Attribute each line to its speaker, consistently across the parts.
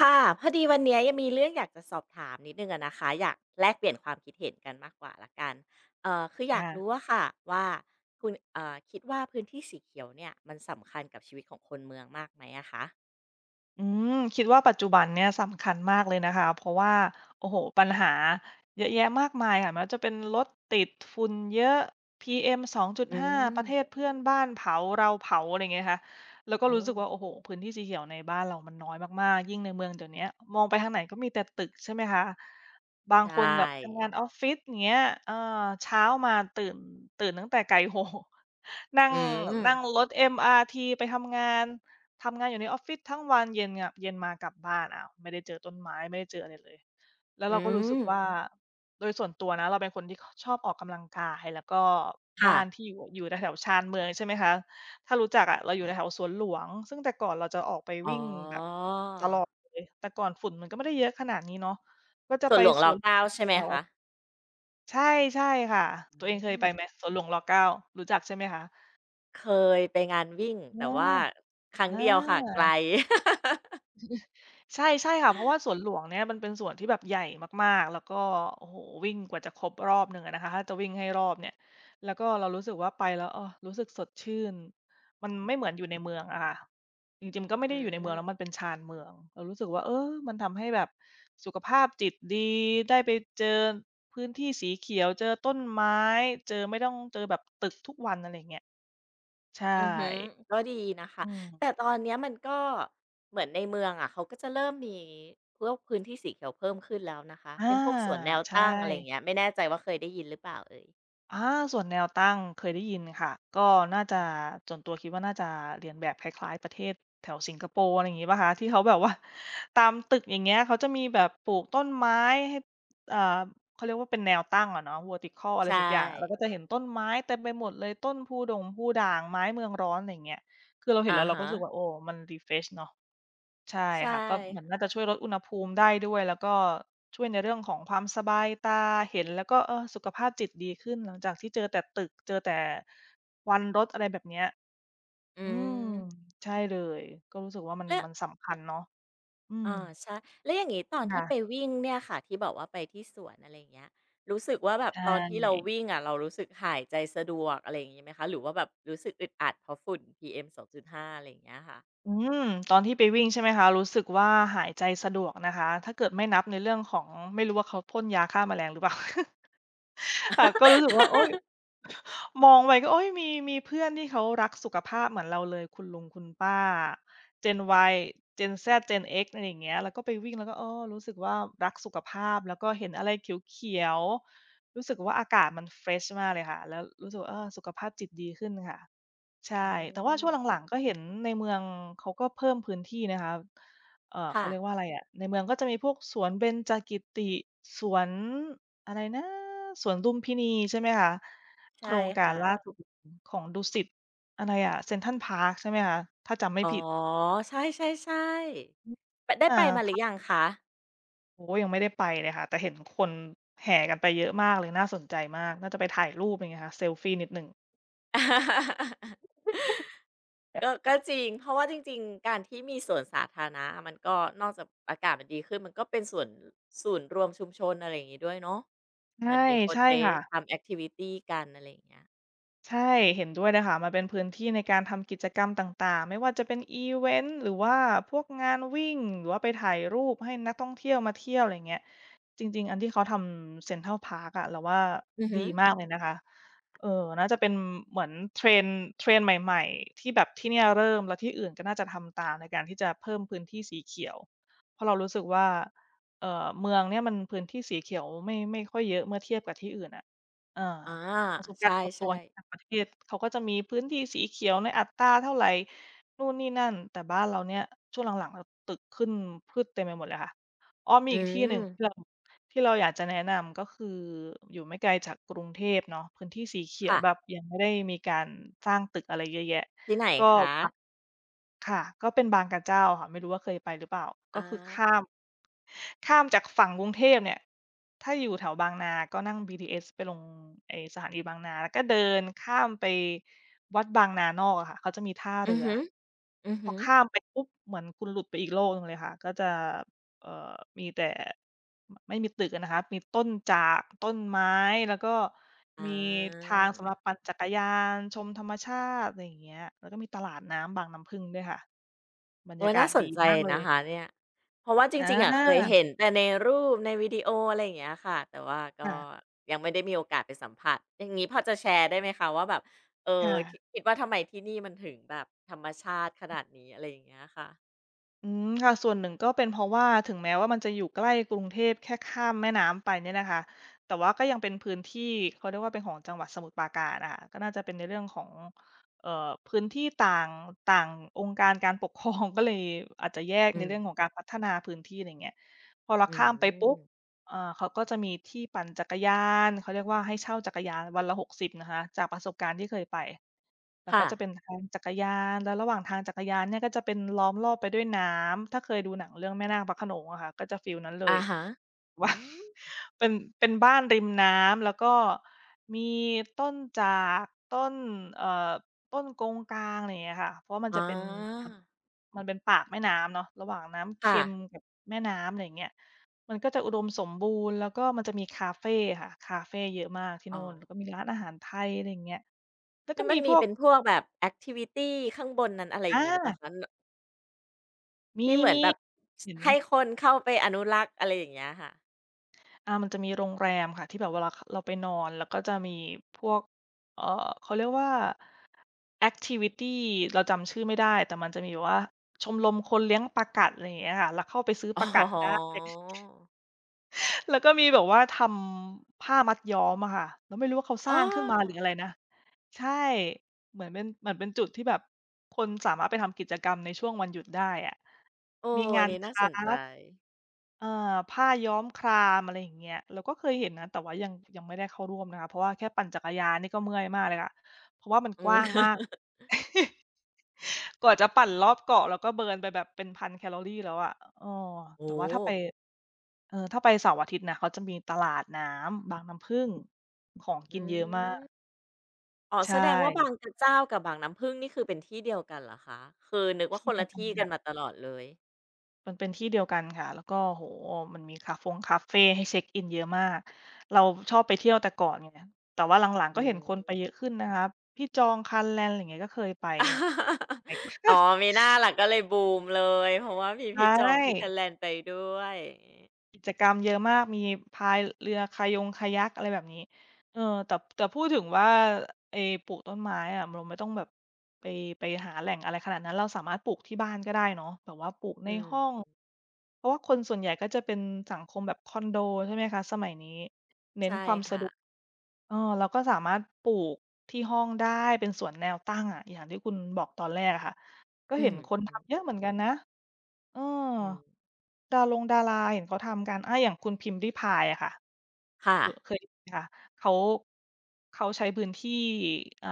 Speaker 1: ค่ะพอดีวันเนี้ยยังมีเรื่องอยากจะสอบถามนิดหนึงอะนะคะอยากแลกเปลี่ยนความคิดเห็นกันมากกว่าละกันคืออยากรู้
Speaker 2: ค่ะ
Speaker 1: อะค่ะว่าคุณคิดว่าพื้นที่สีเขียวเนี่ยมันสำคัญกับชีวิตของคนเมืองมากไหมอะคะ
Speaker 2: อืมคิดว่าปัจจุบันเนี่ยสำคัญมากเลยนะคะ เพราะว่าโอ้โฮปัญหาเยอะแยะมากมายค่ะไม่ว่าจะเป็นรถติดฝุ่นเยอะ PM
Speaker 1: อื
Speaker 2: 2.5ป
Speaker 1: ม
Speaker 2: ระเทศเพื่อนบ้านเผาเราเผาอะไรอย่างเงี้ยค่ะ แล้วก็
Speaker 1: โอ้
Speaker 2: รู้สึกว่าโอ้โฮพื้นที่สีเขียวในบ้านเรามันน้อยมากๆ ยิ่งในเมืองเดี๋ยวเนี้ยมองไปทางไหนก็มีแต่ตึกใช่ไหมคะ บาง
Speaker 1: ใช่
Speaker 2: คนแบบทำงานออฟฟิศอย่างเงี้ยเออเช้ามาตื่นตั้งแต่ไก่ โฮนั่ง
Speaker 1: อืม
Speaker 2: นั่งรถ MRT ไปทำงาน ทำงานอยู่ในออฟฟิศทั้งวันเย็นอะเย็นมากลับบ้านอ้าวไม่ได้เจอต้นไม้ไม่ได้เจออะไรเลยแล้ว
Speaker 1: อื
Speaker 2: เราก็รู้สึกว่า
Speaker 1: ม
Speaker 2: โดยส่วนตัวนะเราเป็นคนที่คชอบออกกำลังกายแล้วก็
Speaker 1: ค่ะ
Speaker 2: บ้านที่อยู่อยู่แถวๆชานเมืองใช่ไหมคะถ้ารู้จักอะเราอยู่แถวๆสวนหลวงซึ่งแต่ก่อนเราจะออกไป
Speaker 1: อ๋อ
Speaker 2: วิ่งแบบตลอดเลยแต่ก่อนฝุ่นมันก็ไม่ได้เยอะขนาดนี้เนาะก็จะ
Speaker 1: สว
Speaker 2: ไป
Speaker 1: นหลวง
Speaker 2: ส
Speaker 1: รอ
Speaker 2: วน
Speaker 1: เก้าใช่ไหม
Speaker 2: เสาร์
Speaker 1: คะ
Speaker 2: อาทิตย์ใช่ใช่ค่ะ
Speaker 1: อื
Speaker 2: ตัวเองเคยไป
Speaker 1: ม
Speaker 2: ไหมสวนหลวงร9รู้จักใช่ไหมคะ
Speaker 1: เคยไปงานวิ่งแต่
Speaker 2: เอา
Speaker 1: ว่าครั้ง
Speaker 2: อ
Speaker 1: เดียวค่ะไก
Speaker 2: า
Speaker 1: ล
Speaker 2: ใช่ใช่ค่ะเพราะว่าสวนหลวงเนี่ยมันเป็นสวนที่แบบใหญ่มากๆแล้วก็โอ้โฮวิ่งกว่าจะครบรอบหนึ่งอะนะคะถ้าจะวิ่งให้รอบเนี่ยแล้วก็เรารู้สึกว่าไปแล้วเออรู้สึกสดชื่นมันไม่เหมือนอยู่ในเมืองอะค่ะจริงๆก็ไม่
Speaker 1: อื
Speaker 2: ได้อยู่ในเมืองแล้วมันเป็
Speaker 1: ม
Speaker 2: นชานเมืองเรารู้สึกว่าเออมันทำให้แบบสุขภาพจิตดีได้ไปเจอพื้นที่สีเขียวเจอต้นไม้เจอไม่ต้องเจอแบบตึกทุกวันอะไรอย่างเงี้ยใช่
Speaker 1: อือฮึก็ดีนะคะ
Speaker 2: อืม
Speaker 1: แต่ตอนเนี้ยมันก็เหมือนในเมืองอะเขาก็จะเริ่มมีพวกพื้นที่สีเขียวเพิ่มขึ้นแล้วนะคะ
Speaker 2: อา
Speaker 1: เป็นพวกสวนแนว
Speaker 2: ใช่
Speaker 1: ตั้งอะไรอย่างเงี้ยไม่แน่ใจว่าเคยได้ยินหรือเปล่าเอ่ย
Speaker 2: อาส่วนแนวตั้งเคยได้ยินค่ะก็น่าจะส่วนตัวคิดว่าน่าจะเรียนแบบคล้ายๆประเทศแถวสิงคโปร์อะไรอย่างงี้เปล่าคะที่เขาแบบว่า ตามตึกอย่างเงี้ยเขาจะมีแบบปลูกต้นไม้ให้อ่าเขาเรียกว่าเป็นแนวตั้งอะเนาะ vertical อะไร
Speaker 1: ใช่
Speaker 2: สักอย่างเราก็จะเห็นต้นไม้เต็มไปหมดเลยต้นพูดงพูด่างไม้เมืองร้อนอะไรอย่างเงี้ยคือเราเห็น
Speaker 1: อา
Speaker 2: แล้วเราก็
Speaker 1: ฮะ
Speaker 2: รู้สึกว่าโอ้มัน refresh เนาะ ใช่
Speaker 1: ใช่
Speaker 2: ค่ะก็เหมือนน่า
Speaker 1: ค่ะ
Speaker 2: จะช่วยลดอุณหภูมิได้ด้วยแล้วก็ช่วยในเรื่องของความสบายตาเห็นแล้วก็เออสุขภาพจิตดีขึ้นหลังจากที่เจอแต่ตึกเจอแต่ควันรถอะไรแบบเนี้ย
Speaker 1: อื
Speaker 2: อืม
Speaker 1: ม
Speaker 2: ใช่เลยก็รู้สึกว่ามัน
Speaker 1: แล้ว
Speaker 2: มันสำคัญเนาะอืม
Speaker 1: อาใช่แล้วอย่างงี้ตอนที่ไป
Speaker 2: ค่ะ
Speaker 1: วิ่งเนี่ยค่ะที่บอกว่าไปที่สวนอะไรอย่างเงี้ยรู้สึกว่าแบบ
Speaker 2: ใช
Speaker 1: ตอนที่เรา
Speaker 2: ่
Speaker 1: วิ่งอะเรารู้สึกหายใจสะดวกอะไรอย่างงี้ไหมคะหรือว่าแบบรู้สึกอึดอัดเพราะฝุ่น PM 2.5อมสองจุดห้าอะไรอย่างเงี้ยค่ะ
Speaker 2: อืมตอนที่ไปวิ่งใช่ไหมคะรู้สึกว่าหายใจสะดวกนะคะถ้าเกิดไม่นับในเรื่องของไม่รู้ว่าเขาพ่นยาฆ่าแมลงหรือเปล่า ค่ะก็รู้สึกว่าโอ๊ย มองไปก็โอ๊ยมีเพื่อนที่เขารักสุขภาพเหมือนเราเลยคุณลุงคุณป้า Gen Y Gen Z Gen X อะไรอย่างเงี้ยแล้วก็ไปวิ่งแล้วก็เออรู้สึกว่ารักสุขภาพแล้วก็เห็นอะไรเขียวๆรู้สึกว่าอากาศมันเฟรชมากเลยค่ะแล้วรู้สึกว่าเออสุขภาพจิตดีขึ้นค่ะ
Speaker 1: อื
Speaker 2: ใช่แต่ว่า
Speaker 1: ม
Speaker 2: ช่วงหลังๆก็เห็นในเมืองเขาก็เพิ่มพื้นที่นะคะเอ่อ
Speaker 1: ค่ะ
Speaker 2: เขาเรียกว่าอะไรอะในเมืองก็จะมีพวกสวนเบญจกิติสวนอะไรนะสวนลุมพินีใช่ไหมคะโคร
Speaker 1: ใช่
Speaker 2: งการ
Speaker 1: ค่ะ
Speaker 2: ล่าสุดของดุสิตอะไรอะเซ็นทรัลพาร์คใช่ไหมคะถ้าจำไม่
Speaker 1: อ๋อ
Speaker 2: ผิด
Speaker 1: ใช่ๆๆไปได้
Speaker 2: อา
Speaker 1: ไปมาหรือยั
Speaker 2: ค่ะ
Speaker 1: งคะ
Speaker 2: โอ้โฮยังไม่ได้ไปเลยค่ะแต่เห็นคนแห่กันไปเยอะมากเลยน่าสนใจมากน่าจะไปถ่ายรูปอะไรเงี้ยค่ะเซลฟีนิดหนึ่ง
Speaker 1: ก็ก็จริงเพราะว่าจริงๆการที่มีสวนสาธารณะมันก็นอกจากอากาศมันดีขึ้นมันก็เป็นส่วนศูนย์รวมชุมชนอะไรอย่างงี้ด้วยเนาะเหมื
Speaker 2: ใช่
Speaker 1: อนมีคน
Speaker 2: ใช่
Speaker 1: ไป
Speaker 2: ค่ะ
Speaker 1: ทำแอกทิวิตีกันอะไรอย่างเงี้ย
Speaker 2: ใช่เห็นด้วยเลยค่ะมันเป็นพื้นที่ในการทำกิจกรรมต่างๆไม่ว่าจะเป็นอีเวนต์หรือว่าพวกงานวิ่งหรือว่าไปถ่ายรูปให้นักท่องเที่ยวมาเที่ยวอะไรเงี้ยจริงๆอันที่เขาทำเซ็นทรัลพาร์คอะเราว่า
Speaker 1: อือฮึ
Speaker 2: ดีมากเลยนะคะเออน่าจะเป็นเหมือน trend ทรน n d ใหม่ๆที่แบบที่เนี่ยเริ่มแล้วที่อื่นก็น่าจะทำตามในการที่จะเพิ่มพื้นที่สีเขียวเพราะเรารู้สึกว่าเออเมืองเนี่ยมันพื้นที่สีเขียวไม่ค่อยเยอะเมื่อเทียบกับที่อื่นอะอ่า
Speaker 1: อา
Speaker 2: ประสบ
Speaker 1: ใช
Speaker 2: การณ์ส่วนตัว
Speaker 1: ่
Speaker 2: ที่ต่าง
Speaker 1: ๆ
Speaker 2: ประเทศเขาก็จะมีพื้นที่สีเขียวในอัตราเท่าไรนู่นนี่นั่นแต่บ้านเราเนี่ยช่วงหลังๆเราตึกขึ้นพืชเต็มไปหมดเลยค่ะอ้อมี
Speaker 1: อื
Speaker 2: อีกที่หนึ่งที่เรา
Speaker 1: ม
Speaker 2: ที่เราอยากจะแนะนำก็คืออยู่ไม่ไกลจากกรุงเทพเนาะพื้นที่สีเขียว
Speaker 1: ค่ะ
Speaker 2: แบบยังไม่ได้มีการสร้างตึกอะไรเยอะแยะ
Speaker 1: ที่ไหน
Speaker 2: ก็
Speaker 1: คะ
Speaker 2: ไป ค่ะก็เป็นบางกะเจ้าค่ะไม่รู้ว่าเคยไปหรือเปล่า ก็
Speaker 1: อา
Speaker 2: คือข้ามจากฝั่งกรุงเทพเนี่ยถ้าอยู่แถวบางนา ก็นั่งบีทีเอสไปลงไอ้สถานีบางนา แล้วก็เดินข้ามไปวัดบางนานอกอะค่ะ เขาจะมีท่า
Speaker 1: อือ
Speaker 2: เรื
Speaker 1: ฮ
Speaker 2: อ
Speaker 1: ึ
Speaker 2: พอ
Speaker 1: ๆ
Speaker 2: ข้ามไปปุ๊บเหมือนคุณหลุดไปอีกโลกหนึ่งเลยค่ะก็จะ เอ่อมีแต่ไม่มีตึกอะนะครับมีต้นจากต้นไม้แล้วก็
Speaker 1: อ
Speaker 2: มีทางสำหรับ
Speaker 1: า
Speaker 2: ปั่นจักรยานชมธรรมชาติอะไรอย่างเงี้ยแล้วก็มีตลาดน้ำบางน้ำพึ่งด้วยค่ะ บรร
Speaker 1: โอ๊
Speaker 2: ยา
Speaker 1: ย
Speaker 2: กา
Speaker 1: น่า
Speaker 2: ศ
Speaker 1: ส
Speaker 2: ดี
Speaker 1: นใจ
Speaker 2: มากเล
Speaker 1: นะ
Speaker 2: ย
Speaker 1: คะเนี่ยเพราะว่าจริงๆ
Speaker 2: อ
Speaker 1: อะเคย
Speaker 2: า
Speaker 1: เห็นแต่ในรูปในวิดีโออะไรอย่างเงี้ยค่ะแต่ว่าก็
Speaker 2: ค่ะ
Speaker 1: ยังไม่ได้มีโอกาสไปสัมผัสอย่างงี้พอจะแชร์ได้ไหมคะว่าแบบเออท
Speaker 2: ค่ะ
Speaker 1: คิดว่าทำไมที่นี่มันถึงแบบธรรมชาติขนาดนี้อะไรอย่างเงี้ยค่ะ
Speaker 2: อืมค่ะส่วนหนึ่งก็เป็นเพราะว่าถึงแม้ว่ามันจะอยู่ใกล้กรุงเทพแค่ข้ามแม่น้ำไปเนี่ยนะคะแต่ว่าก็ยังเป็นพื้นที่เขาเรียกว่าเป็นของจังหวัดสมุทรปราการนะคะก็น่าจะเป็นในเรื่องของเอ่อพื้นที่ต่างต่างองค์การการปกครอง ก็เลยอาจจะแยก
Speaker 1: อื
Speaker 2: ในเรื่องของ
Speaker 1: ม
Speaker 2: การพัฒนาพื้นที่อะไรงเงี้ยพอเรา
Speaker 1: อื
Speaker 2: ข้ามไปปุ๊บ
Speaker 1: ม
Speaker 2: อ่าเขาก็จะมีที่ปั่นจักรยาน เขาเรียกว่าให้เช่าจักรยานวันละ60นะคะ จากประสบการณ์ที่เคยไป แล้ว
Speaker 1: ค่ะ
Speaker 2: ก็จะเป็นทางจักรยาน แล้วระหว่างทางจักรยานเนี่ยก็จะเป็นล้อมรอบไปด้วยน้ำ ถ้าเคยดูหนังเรื่องแม่นาคพระโขนงอะค่ะก็จะฟิลนั้นเลย
Speaker 1: อะฮะอื
Speaker 2: ว่า
Speaker 1: ม
Speaker 2: เป็นเป็นบ้านริมน้ำแล้วก็มีต้นจากต้นเอ่อต้นกงกลางอะไรอย่างเงี้ยค่ะเพราะว่ามัน
Speaker 1: อ๋อ
Speaker 2: จะเป็นน้ำมันเป็นปากแม่น้ำเนาะระหว่างน้ำ
Speaker 1: ค่ะ
Speaker 2: เค็มกับแม่น้ำอะไรอย่างเงี้ยมันก็จะอุดมสมบูรณ์แล้วก็มันจะมีคาเฟค่ะคาเฟเยอะมากที่
Speaker 1: อ๋อ
Speaker 2: นู่นแล้วก็มีร้านอาหารไทยอะไรอย่างเงี้ยแล้ว
Speaker 1: แล้
Speaker 2: ก็
Speaker 1: วมั
Speaker 2: มี
Speaker 1: น
Speaker 2: พ
Speaker 1: มี
Speaker 2: วก
Speaker 1: เป็นพวกแบบแอกทิวิตีข้างบนนั้นอะไรอย่าง
Speaker 2: อา
Speaker 1: งี้หรือเปล่าคะน
Speaker 2: มี
Speaker 1: ที่เหมือน
Speaker 2: มี
Speaker 1: แบบส
Speaker 2: เห็น
Speaker 1: ให้คนเข้าไปอนุรักษ์อะไรอย่างเงี้ยค่ะ
Speaker 2: อ่ามันจะมีโรงแรมค่ะที่แบบเวลาเราไปนอนแล้วก็จะมีพวกเอ่อเขาเรียกว่า แอ t i ทิวิตีเราจำชื่อไม่ได้แต่มันจะมีแบบว่าชมรมคนเลี้ยงปลากัดอะไรอย่างเงี้ยค่ะเราเข้าไปซื้อ
Speaker 1: อ๋
Speaker 2: ปลากัดได้
Speaker 1: อ
Speaker 2: แล้วก็มีแบบว่าทำผ้ามัดย้อมอะค่ะเราไม่รู้ว่าเขาส
Speaker 1: อ้
Speaker 2: ร้า
Speaker 1: อ
Speaker 2: งขึ้นมาหรืออะไรนะใช่เหมือนเป็นเหมือนเป็นจุดที่แบบคนสามารถไปทำกิจกรรมในช่วงวันหยุดได้อะ
Speaker 1: เอ
Speaker 2: มี
Speaker 1: ออั
Speaker 2: งา
Speaker 1: น
Speaker 2: น
Speaker 1: นี้
Speaker 2: ค
Speaker 1: น่าส
Speaker 2: รา
Speaker 1: นใจ
Speaker 2: ฟต์ เออผ้าย้อมครามอะไรอย่างเงี้ยเราก็เคยเห็นนะแต่ว่ายังไม่ได้เข้าร่วมนะคะเพราะว่าแค่ปั่นจักรยานนี่ก็เมื่อยมากเลยค่ะเพราะว่ามัน
Speaker 1: อื
Speaker 2: ก
Speaker 1: ม
Speaker 2: ว้างมาก กว่าจะปั่นรอบเกาะแล้วก็เบิร์นไปแบบเป็น1,000แคลอรีแล้วอะเออแต่
Speaker 1: โอ้
Speaker 2: ว่า
Speaker 1: โฮ
Speaker 2: ถ้าไปเออถ้าไปเสาร์อาทิตย์นะเขาจะมีตลาดน้ำบางน้ำผึ้งของ
Speaker 1: อื
Speaker 2: กินเยอะมาก
Speaker 1: มอ๋อแส
Speaker 2: ใช่
Speaker 1: ดงว่าบางกระเจ้ากับบางน้ำผึ้งนี่คือเป็นที่เดียวกันเหรอคะคือนึกว่าค
Speaker 2: ที่
Speaker 1: นละที่กันมา ตลอดเลย
Speaker 2: มันเป็นที่เดียวกันค่ะ แล้วก็โอ้โฮมันมีคาฟงคาเฟให้เช็กอินเยอะมาก เราชอบไปเที่ยวแต่ก่อนไงแต่ว่าหลังๆ
Speaker 1: อื
Speaker 2: ก็เห็นคนไปเย
Speaker 1: ม
Speaker 2: อะขึ้นนะคะพี่จอง Thailand อะไรอย่างเงี้ยก็เคยไป
Speaker 1: อ๋อมีหน้าล่ะก็เลยบูมเลยเพราะว่ามี
Speaker 2: ใช
Speaker 1: พี่จองพี่คะแล
Speaker 2: ่
Speaker 1: นไปด้วยอย่างงี้
Speaker 2: กิจกรรมเยอะมาก มีพายเรือ Kayong Kayak อะไรแบบนี้เออแต่พูดถึงว่าไอ้ปลูกต้นไม้อะเราไม่ต้องแบบไปไปหาแหล่งอะไรขนาดนั้นเราสามารถปลูกที่บ้านก็ได้เนาะแบบว่าปลูกใน
Speaker 1: อื
Speaker 2: ห้อง
Speaker 1: ม
Speaker 2: เพราะว่าคนส่วนใหญ่ก็จะเป็นสังคมแบบคอนโดใช่ไหมคะสมัยนี้ เน้น
Speaker 1: ใช่
Speaker 2: ความสะ
Speaker 1: ค่ะ
Speaker 2: ดวกเออเราก็สามารถปลูกที่ห้องได้เป็นสวนแนวตั้งอะอย่างที่คุณบอกตอนแรกอะค่ะก็
Speaker 1: อื
Speaker 2: เห็นคน
Speaker 1: ม
Speaker 2: ทำเยอะเหมือนกันนะ เออ
Speaker 1: อืมๆ
Speaker 2: ดารงดาราเห็นเขาทำกันอาอย่างคุณพิมพ์ริภายอะค่ะ
Speaker 1: ค่ะ
Speaker 2: หรอเคยได้ยินไหมคะเขาเขาใช้พื้นที่อ่า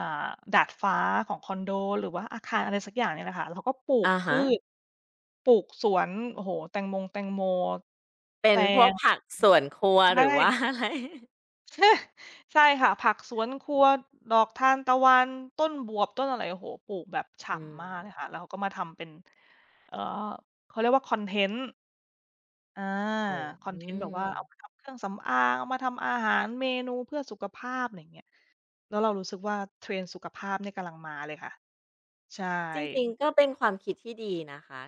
Speaker 2: ดาดฟ้าของคอนโด หรือว่าอาคารอะไรสักอย่างเนี่ยแหละค่ะแล้วก็ปลูก
Speaker 1: อะ
Speaker 2: พื
Speaker 1: ฮะ
Speaker 2: ชปลูกสวนโอ้โฮแตงมงแตงโม
Speaker 1: เป็
Speaker 2: แต
Speaker 1: นพวก
Speaker 2: ง
Speaker 1: ผักสวนครัว
Speaker 2: ใช
Speaker 1: หรือว่า
Speaker 2: ่
Speaker 1: อะไร
Speaker 2: ใช่ค่ะ ผักสวนครัวดอกทานตะวัน ต้นบวบต้นอะไรโอ้โฮปลูกแบบ
Speaker 1: อื
Speaker 2: ฉ่ำมากเลย
Speaker 1: ม
Speaker 2: ค่ะแล้วเขาก็มาทำเป็นเอ่อเขาเรียกว่าคอนเทนต์ อา
Speaker 1: โอ้
Speaker 2: คอ
Speaker 1: อื
Speaker 2: นเทนต์แบบ
Speaker 1: ม
Speaker 2: ว่าเอามาทำเครื่องสำอางเอามาทำอาหารเมนูเพื่อสุขภาพไรเงี้ยแล้วเรารู้สึกว่า Trend สุขภาพเนี่ยกำลังมาเลยค่ะใช่
Speaker 1: จริงๆก็เป็นความคิดที่ดีนะคะ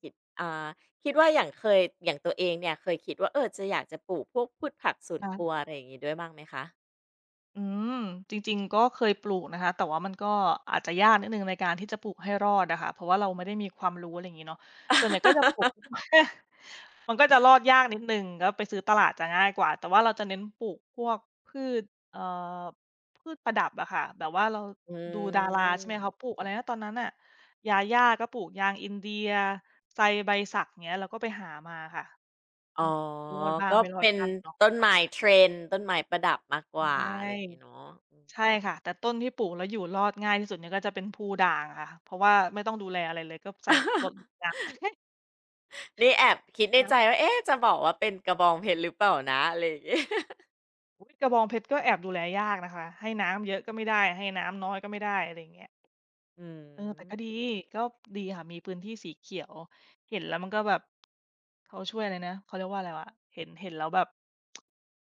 Speaker 1: คิดอ่าคิดว่าอย่างเคยอย่างตัวเองเนี่ยเคยคิดว่าเออจะอยากจะปลูกพวกพืชผักสวนครัว
Speaker 2: ค่ะ
Speaker 1: อะไรอย่างงี้ด้วยบ้างไหมคะ
Speaker 2: อืมจริงๆก็เคยปลูกนะคะแต่ว่ามันก็อาจจะยากนิดหนึ่งในการที่จะปลูกให้รอดอะค่ะเพราะว่าเราไม่ได้มีความรู้อะไรอย่างงี้เนาะส่วนใหญ่ก็จะปลูก มันก็จะรอดยากนิดหนึ่งก็ไปซื้อตลาดจะง่ายกว่าแต่ว่าเราจะเน้นปลูกพวกพืชเอ่อพืชประดับอะค่ะแบบว่าเรา
Speaker 1: อื
Speaker 2: ดูดาราใช่ไหม
Speaker 1: ม
Speaker 2: เขาปลูกอะไรนะตอนนั้นอะยาย่าก็ปลูกยางอินเดียไซใบสักเงี้ยเราก็ไปหามาค่ะอื
Speaker 1: อ๋
Speaker 2: ม
Speaker 1: อ
Speaker 2: รอดบ้าง
Speaker 1: ก็
Speaker 2: ไม่รอด
Speaker 1: เป็น
Speaker 2: บ้างเนาะ
Speaker 1: ต้นไม้ trend ต้นไม้ประดับมากกว่า
Speaker 2: ใช่
Speaker 1: อะไรอย่างงี้เนาะอืม
Speaker 2: ใช่ค่ะแต่ต้นที่ปลูกแล้วอยู่รอดง่ายที่สุดเนี่ยก็จะเป็นภูด่างค่ะเพราะว่าไม่ต้องดูแลอะไรเลยก็ใส่รด น้ำ
Speaker 1: นี่แอบคิดในใจ
Speaker 2: น้
Speaker 1: ว่าเอ๊ะจะบอกว่าเป็นกระบองเพชรหรือเปล่านะอะไรอย่างงี้
Speaker 2: ำอุ๊ยกระบองเพชรก็แอบดูแลยากนะคะให้น้ำเยอะก็ไม่ได้ให้น้ำน้อยก็ไม่ได้อะไรอย่างเงี้ย
Speaker 1: อื
Speaker 2: เออแต่ก็ดี
Speaker 1: ม
Speaker 2: ก็ดีค่ะมีพื้นที่สีเขียวเห็นแล้วมันก็แบบเขาช่วยอะไรนะเขาเรียกว่าอะไรวะเห็นเห็นแล้วแบบ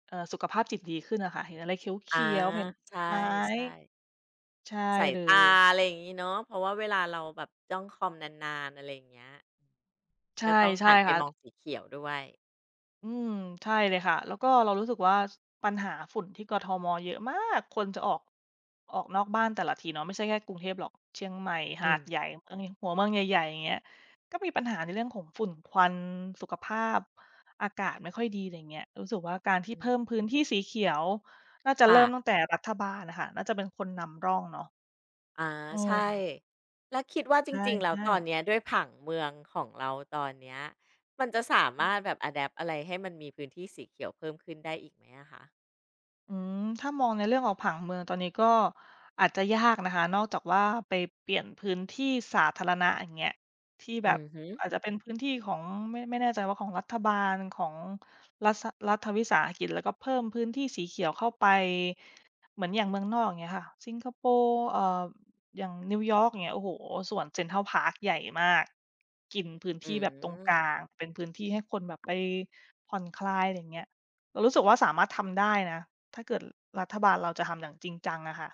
Speaker 2: สุขภาพจิตดีขึ้นอะค่ะเห็นอะไรเข
Speaker 1: อา
Speaker 2: ียวๆเห็น
Speaker 1: ใช่
Speaker 2: ไม้
Speaker 1: ใช่
Speaker 2: ใช่
Speaker 1: สาย
Speaker 2: เล
Speaker 1: ตา
Speaker 2: ย
Speaker 1: อะไรอย่างงี้เนาะเพราะว่าเวลาเราแบบจ้องคอมนานๆอะไรอย่างเงี้ย
Speaker 2: ใช่
Speaker 1: ก็ต้อง
Speaker 2: ใช่
Speaker 1: หันไป
Speaker 2: ค่ะ
Speaker 1: มองสีเขียวด้วย
Speaker 2: อืมใช่เลยค่ะแล้วก็เรารู้สึกว่าปัญหาฝุ่นที่กทมเยอะมากคนจะออกออกนอกบ้านแต่ละทีเนาะไม่ใช่แค่กรุงเทพหรอกเชียงใหม่
Speaker 1: อื
Speaker 2: หา
Speaker 1: ม
Speaker 2: ดใหญ่เมืองหัวเมืองใหญ่ๆอย่างเงี้ยก็มีปัญหาในเรื่องของฝุ่นควันสุขภาพอากาศไม่ค่อยดีอะไรเงี้ยรู้สึกว่าการที่
Speaker 1: อื
Speaker 2: เพิ่ม
Speaker 1: ม
Speaker 2: พื้นที่สีเขียวน่าจะ
Speaker 1: ค่ะ
Speaker 2: เริ่มตั้งแต่รัฐบาลน่ะค่ะน่าจะเป็นคนนำร่องเนาะ
Speaker 1: อา
Speaker 2: เออ
Speaker 1: ใช่แล้วคิดว่าจ
Speaker 2: ใช
Speaker 1: ริงๆแล้ว
Speaker 2: ่
Speaker 1: ตอนเนี้ย
Speaker 2: ๆ
Speaker 1: ด้วยผังเมืองของเราตอนเนี้ยมันจะสามารถแบบอะแดปต์อะไรให้มันมีพื้นที่สีเขียวเพิ่มขึ้นได้อีกไหมอะคะ
Speaker 2: อืมถ้ามองในเรื่องของผังเมืองตอนนี้ก็อาจจะยากนะคะนอกจากว่าไปเปลี่ยนพื้นที่สาธารณะอย่างเงี้ยที่แบ
Speaker 1: อื
Speaker 2: บ
Speaker 1: อฮึ
Speaker 2: อาจจะเป็นพื้นที่ของไม่แน่ใจว่าของรัฐบาลของรัฐรัฐวิสาหกิจแล้วก็เพิ่มพื้นที่สีเขียวเข้าไปเหมือนอย่างเมืองนอกอย่างเงี้ยค่ะสิงคโปร์อย่างนิวยอร์กอย่างเงี้ยโอ้โหสวน Central Park ใหญ่มากกินพื้น
Speaker 1: อื
Speaker 2: ที่แบบตรงก
Speaker 1: ม
Speaker 2: ลางเป็นพื้นที่ให้คนแบบไปผ่อนคลายอะไรอย่างเงี้ยเรารู้สึกว่าสามารถทำได้นะ ถ้าเกิดรัฐบาลเราจะทำอย่างจริงจังอะค่ะ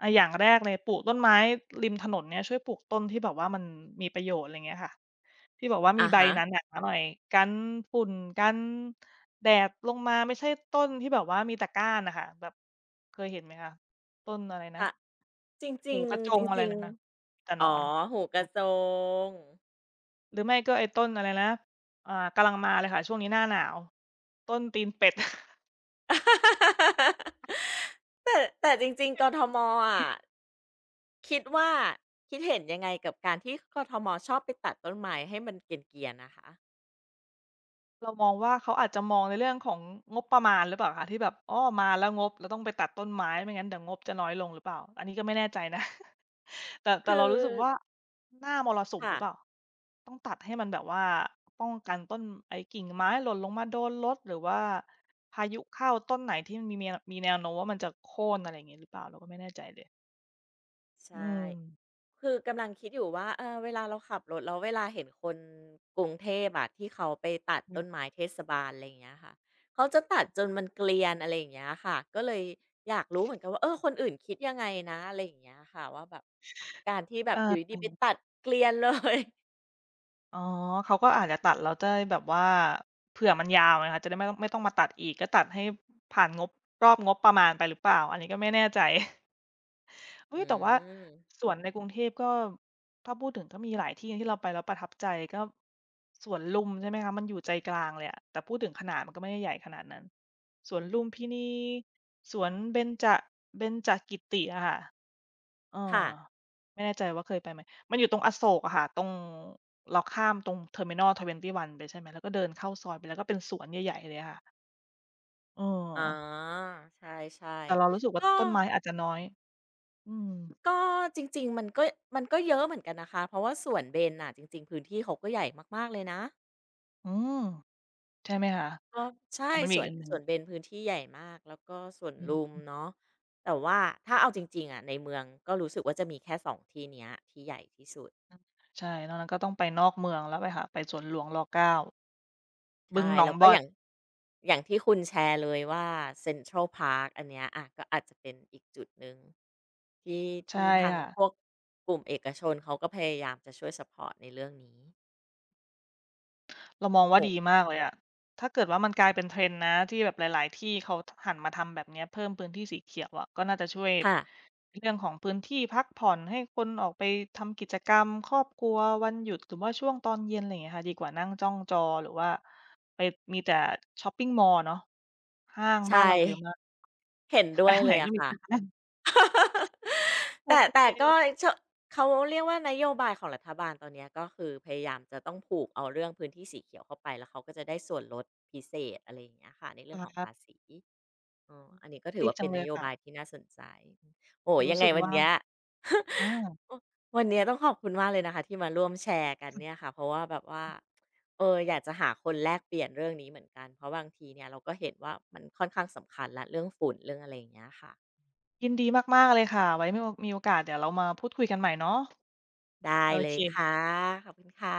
Speaker 2: อาอย่างแรกเลยปลูกต้นไม้ริมถนนเนี่ยช่วยปลูกต้นที่แบบว่ามันมีประโยชน์อะไรเงี้ยค่ะที่แบบว่ามี
Speaker 1: อะ
Speaker 2: ใบ
Speaker 1: ฮะ
Speaker 2: หนาๆหน่อยกันฝุ่นกันแดดลงมาไม่ใช่ต้นที่แบบว่ามีแต่ก้านน่ะค่ะแบบเคยเห็นไหมคะต้นอะไรนะ
Speaker 1: ค่ะจริ
Speaker 2: หู
Speaker 1: ง
Speaker 2: กระจ
Speaker 1: ๆจ
Speaker 2: งอะไร
Speaker 1: ริง
Speaker 2: นั้นน่ะแต่
Speaker 1: ๆ
Speaker 2: หน
Speaker 1: อ๋
Speaker 2: อ
Speaker 1: อ
Speaker 2: น
Speaker 1: หูกระโจ
Speaker 2: ค่ะ
Speaker 1: ง
Speaker 2: หรือไม่ก็ไอ้ต้นอะไรนะอ่ากะลังมาเลยค่ะช่วงนี้หน้าหนาวต้นตีนเป็ด
Speaker 1: แต่แต่จริงๆกทมอะคิดว่าคิดเห็นยังไงกับการที่กทมชอบไปตัดต้นไม้ให้มันเกรียนๆนะคะ
Speaker 2: เรามองว่าเขาอาจจะมองในเรื่องของงบประมาณหรือเปล่าคะที่แบบอ้อมาแล้วงบเราต้องไปตัดต้นไม้ไม่งั้นเดี๋ยวงบจะน้อยลงหรือเปล่าอันนี้ก็ไม่แน่ใจนะ แต่
Speaker 1: คื
Speaker 2: เรา
Speaker 1: อ
Speaker 2: รู้สึกว่าหน้ามรสุมห
Speaker 1: ค่ะ
Speaker 2: รือเปล่าต้องตัดให้มันแบบว่าป้องกันต้นไอ้กิ่งไม้หล่นลงมาโดนรถหรือว่าพายุเข้าต้นไหนที่มันมีแนวมีแนวโน้มว่ามันจะโค่นอะไรอย่างงี้หรือเปล่าเราก็ไม่แน่ใจเลย
Speaker 1: ใช่
Speaker 2: อืม
Speaker 1: คือกำลังคิดอยู่ว่าเออเวลาเราขับรถแล้วเวลาเห็นคนกรุงเทพอะที่เขาไปตัด
Speaker 2: อ่
Speaker 1: ต้น
Speaker 2: ม
Speaker 1: ไม้เทศบาลอะไรอย่างเงี้ยค่ะเขาจะตัดจนมันเกรียนอะไรอย่างเงี้ยค่ะก็เลยอยากรู้เหมือนกันว่าเออคนอื่นคิดยังไงนะอะไรอย่างเงี้ยค่ะว่าแบบการที่แบ
Speaker 2: เอ
Speaker 1: บอยู่ดีๆไป
Speaker 2: อ
Speaker 1: ตัดเกรียนเลย
Speaker 2: อ๋อเขาก็อาจจะตัดแล้วจะได้แบบว่าเผื่อมันยาวไงคะจะได้ไม่ต้องมาตัดอีกก็ตัดให้ผ่านงบรอบงบประมาณไปหรือเปล่าอันนี้ก็ไม่แน่ใจ
Speaker 1: อื
Speaker 2: อุ๊ยแต่ว่า
Speaker 1: ม
Speaker 2: สวนในกรุงเทพก็ถ้าพูดถึงก็มีหลายที่ที่เราไปแล้วประทับใจก็สวนลุมใช่ไหมคะมันอยู่ใจกลางเลยอะแต่พูดถึงขนาดมันก็ไม่ได้ใหญ่ขนาดนั้นสวนลุมพินีสวนเบญจเบญจกิติอะค่ะ เออ
Speaker 1: ค่ะ
Speaker 2: ไม่แน่ใจว่าเคยไปไหมมันอยู่ตรงอโศกอะค่ะตรงเราข้ามตรงเทอร์มินล21ไปใช่ไหมแล้วก็เดินเข้าซอยไปแล้วก็เป็นสวนใหญ่ๆเลยค่ะเออ
Speaker 1: อ๋อใช่
Speaker 2: แต่เรารู้สึก
Speaker 1: ๆ
Speaker 2: ว่า
Speaker 1: ก็
Speaker 2: ต้นไม้อาจจะน้อยอืม
Speaker 1: ก็จริงๆมันก็มันก็เยอะเหมือนกันนะคะเพราะว่าสวนเบญน่ะจริงๆพื้นที่เขาก็ใหญ่มากๆเลยนะ
Speaker 2: อืมใช่ไหมคะ
Speaker 1: ก็
Speaker 2: แต่
Speaker 1: ใช่
Speaker 2: มันมี
Speaker 1: ส
Speaker 2: อี
Speaker 1: ว
Speaker 2: ก
Speaker 1: น
Speaker 2: อันหนึ่
Speaker 1: ส
Speaker 2: ง
Speaker 1: วนเบญพื้นที่ใหญ่มากแล้วก็สวน
Speaker 2: อื
Speaker 1: ลุม
Speaker 2: ม
Speaker 1: เนาะแต่ว่าถ้าเอาจริงๆอะในเมืองก็รู้สึกว่าจะมีแค่สองที่เนี้ยที่ใหญ่ที่สุด
Speaker 2: ใช่นอกนั้นก็ต้องไปนอกเมืองแล้วไปค่ะไปสวนหลวงร9
Speaker 1: ใช่
Speaker 2: บึงหนอ
Speaker 1: แล้
Speaker 2: ง
Speaker 1: วก็
Speaker 2: บ่อ
Speaker 1: อ
Speaker 2: น
Speaker 1: ย่างอย่างที่คุณแชร์เลยว่าเซ็นทรัลพาร์คอันเนี้ยอะก็อาจจะเป็นอีกจุดหนึ่งที่
Speaker 2: ใช่
Speaker 1: ที่ทางพว
Speaker 2: ค่ะ
Speaker 1: กกลุ่มเอกชนเขาก็พยายามจะช่วยซัปพอร์ตในเรื่องนี้
Speaker 2: เรามอง
Speaker 1: โอ้โฮ
Speaker 2: ว่าดีมากเลยอะถ้าเกิดว่ามันกลายเป็น trend นะที่แบบหลายๆ ที่เขาทหันมาทำแบบเนี้ยเพิ่มพื้นที่สีเขียวอะก็น่าจะช่วย
Speaker 1: ค่ะ
Speaker 2: เรื่องของพื้นที่พักผ่อนให้คนออกไปทำกิจกรรมครอบครัววันหยุดหรือว่าช่วงตอนเย็นไรเงี้ยค่ะดีกว่านั่งจ้องจอหรือว่าไปมีแต่ช็อปปิงมอลล์เนาะห้างบ้าน
Speaker 1: ใช่
Speaker 2: เราเยอะมาก
Speaker 1: เห็น
Speaker 2: ไป
Speaker 1: ด้วย
Speaker 2: ทางไห
Speaker 1: เล
Speaker 2: น
Speaker 1: ย
Speaker 2: ก็
Speaker 1: อะ
Speaker 2: มี
Speaker 1: ค่ะ
Speaker 2: แต่ ห้ าง
Speaker 1: แต่
Speaker 2: โอ
Speaker 1: แต่
Speaker 2: เค
Speaker 1: ก็เชเขาเรียกว่านโยบายของรัฐบาลตอนเนี้ยก็คือพยายามจะต้องผูกเอาเรื่องพื้นที่สีเขียวเข้าไปแล้วเขาก็จะได้ส่วนลดพิเศษอะไรอย่างเงี้ยค่ะในเรื่องของภา
Speaker 2: ค่ะ
Speaker 1: ษีอออันนี้ก็ถือ
Speaker 2: ดี
Speaker 1: ว่า
Speaker 2: จั
Speaker 1: เป็
Speaker 2: ง
Speaker 1: น
Speaker 2: เล
Speaker 1: น
Speaker 2: ย
Speaker 1: โย
Speaker 2: ค่ะ
Speaker 1: บายที่น่าสนใจโอ้
Speaker 2: รู้
Speaker 1: ยังไง
Speaker 2: สึก
Speaker 1: วัน
Speaker 2: ว่า
Speaker 1: เนี้ย
Speaker 2: อา
Speaker 1: วันเนี้ยต้องขอบคุณมากเลยนะคะที่มาร่วมแชร์กันเนี่ยค่ะเพราะว่าแบบว่าเอออยากจะหาคนแลกเปลี่ยนเรื่องนี้เหมือนกันเพราะบางทีเนี่ยเราก็เห็นว่ามันค่อนข้างสำคัญละเรื่องฝุ่นเรื่องอะไรอย่างเงี้ยค่ะ
Speaker 2: ยินดีมากๆเลยค่ะไว้มีมีโอกาสเดี๋ยวเรามาพูดคุยกันใหม่เนาะ
Speaker 1: ได้
Speaker 2: โอ
Speaker 1: เลยค่ะ
Speaker 2: เค
Speaker 1: ขอบคุณค่ะ